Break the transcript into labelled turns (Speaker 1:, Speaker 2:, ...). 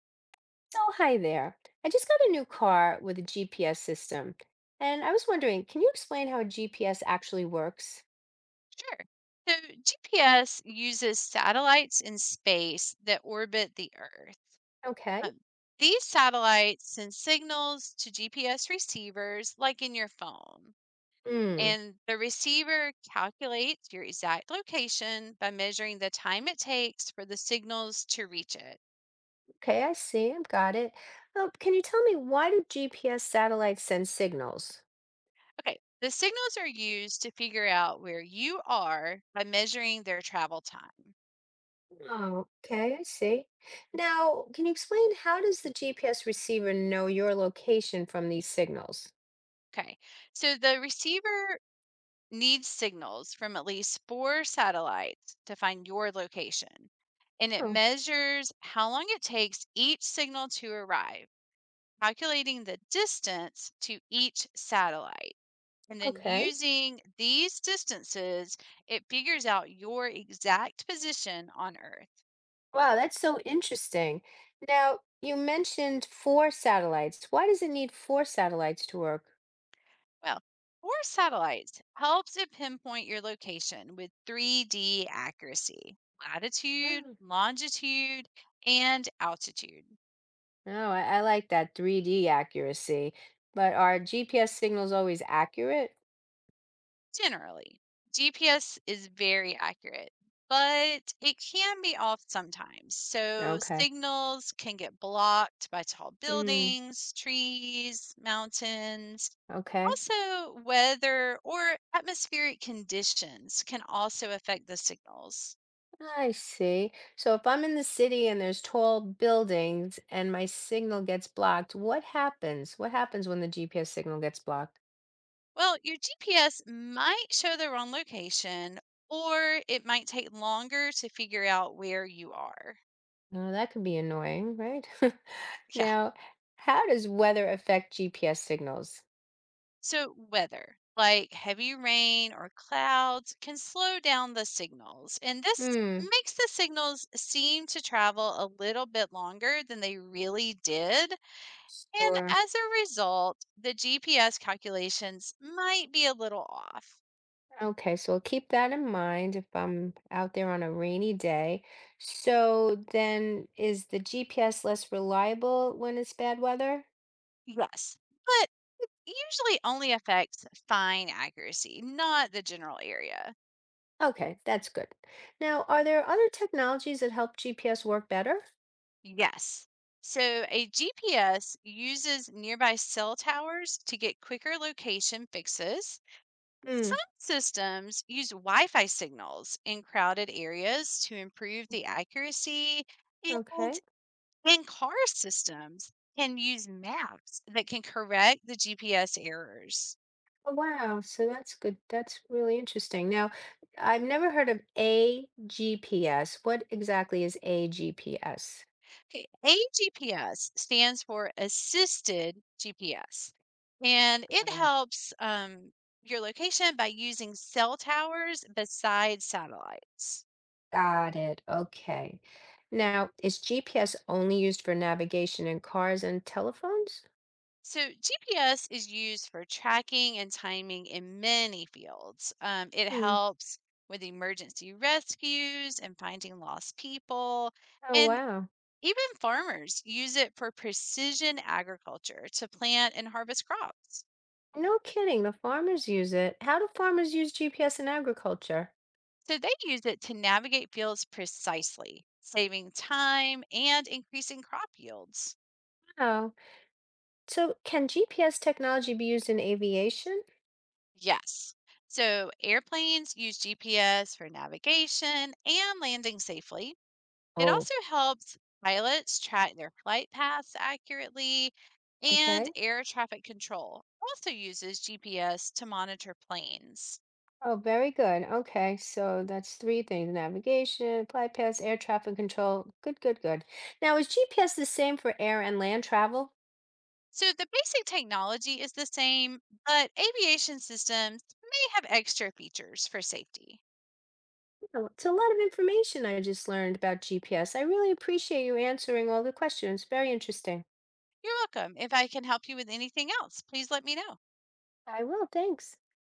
Speaker 1: Oh, hi there. I just got a new car with a GPS system, and I was wondering, can you explain how a GPS actually works?
Speaker 2: Sure. So GPS uses satellites in space that orbit the Earth.
Speaker 1: Okay.
Speaker 2: Um, these satellites send signals to GPS receivers, like in your phone,
Speaker 1: Hmm.
Speaker 2: and the receiver calculates your exact location by measuring the time it takes for the signals to reach it.
Speaker 1: Okay, I see. I've got it. Oh, can you tell me why do GPS satellites send signals?
Speaker 2: Okay, the signals are used to figure out where you are by measuring their travel time.
Speaker 1: Oh, okay, I see. Now, can you explain how does the GPS receiver know your location from these signals?
Speaker 2: Okay, so the receiver needs signals from at least four satellites to find your location, and it
Speaker 1: Oh,
Speaker 2: measures how long it takes each signal to arrive, calculating the distance to each satellite. And then
Speaker 1: okay.
Speaker 2: using these distances, it figures out your exact position on Earth.
Speaker 1: Wow, that's so interesting. Now, you mentioned four satellites. Why does it need four satellites to work?
Speaker 2: Well, four satellites helps it pinpoint your location with 3D accuracy, latitude,
Speaker 1: Oh,
Speaker 2: longitude, and altitude.
Speaker 1: no, I like that 3D accuracy. But are GPS signals always accurate?
Speaker 2: Generally, GPS is very accurate, but it can be off sometimes. So
Speaker 1: Okay.
Speaker 2: signals can get blocked by tall
Speaker 1: Mm,
Speaker 2: buildings, trees, mountains.
Speaker 1: okay.
Speaker 2: Also, weather or atmospheric conditions can also affect the signals.
Speaker 1: I see. So if I'm in the city and there's tall buildings and my signal gets blocked, what happens? What happens when the GPS signal gets blocked?
Speaker 2: Well, your GPS might show the wrong location, or it might take longer to figure out where you are.
Speaker 1: Oh, that could be annoying, right? Now, how does weather affect GPS signals?
Speaker 2: So, weather, like heavy rain or clouds, can slow down the signals, and this
Speaker 1: Hmm,
Speaker 2: makes the signals seem to travel a little bit longer than they really did. And
Speaker 1: sure.
Speaker 2: as a result, the GPS calculations might be a little off.
Speaker 1: Okay, so I'll keep that in mind if I'm out there on a rainy day. So then is the GPS less reliable when it's bad weather?
Speaker 2: Yes, but it usually only affects fine accuracy, not the general area.
Speaker 1: Okay, that's good. Now, are there other technologies that help GPS work better?
Speaker 2: Yes. So a GPS uses nearby cell towers to get quicker location fixes.
Speaker 1: Hmm,
Speaker 2: Some systems use Wi Fi signals in crowded areas to improve the accuracy, and
Speaker 1: okay.
Speaker 2: in car systems can use maps that can correct the GPS errors.
Speaker 1: Oh, wow, so that's good. That's really interesting. Now, I've never heard of a GPS. What exactly is a GPS?
Speaker 2: Okay, AGPS stands for Assisted GPS, and it helps your location by using cell towers besides satellites.
Speaker 1: Got it. Okay. Now, is GPS only used for navigation in cars and telephones?
Speaker 2: So, GPS is used for tracking and timing in many fields. It
Speaker 1: Hmm.
Speaker 2: helps with emergency rescues and finding lost people,
Speaker 1: Oh,
Speaker 2: and
Speaker 1: wow.
Speaker 2: even farmers use it for precision agriculture to plant and harvest crops.
Speaker 1: No kidding. The farmers use it. How do farmers use GPS in agriculture?
Speaker 2: So they use it to navigate fields precisely, saving time and increasing crop yields.
Speaker 1: Oh, so can GPS technology be used in aviation?
Speaker 2: Yes. So airplanes use GPS for navigation and landing safely. It
Speaker 1: Oh,
Speaker 2: also helps pilots track their flight paths accurately, and
Speaker 1: okay.
Speaker 2: air traffic control also uses GPS to monitor planes.
Speaker 1: Oh, very good. Okay, so that's three things: navigation, flight paths, air traffic control. Good, good, good. Now, is GPS the same for air and land travel?
Speaker 2: So the basic technology is the same, but aviation systems may have extra features for safety.
Speaker 1: Oh, it's a lot of information I just learned about GPS. I really appreciate you answering all the questions. Very interesting.
Speaker 2: You're welcome. If I can help you with anything else, please let me know.
Speaker 1: I will, thanks.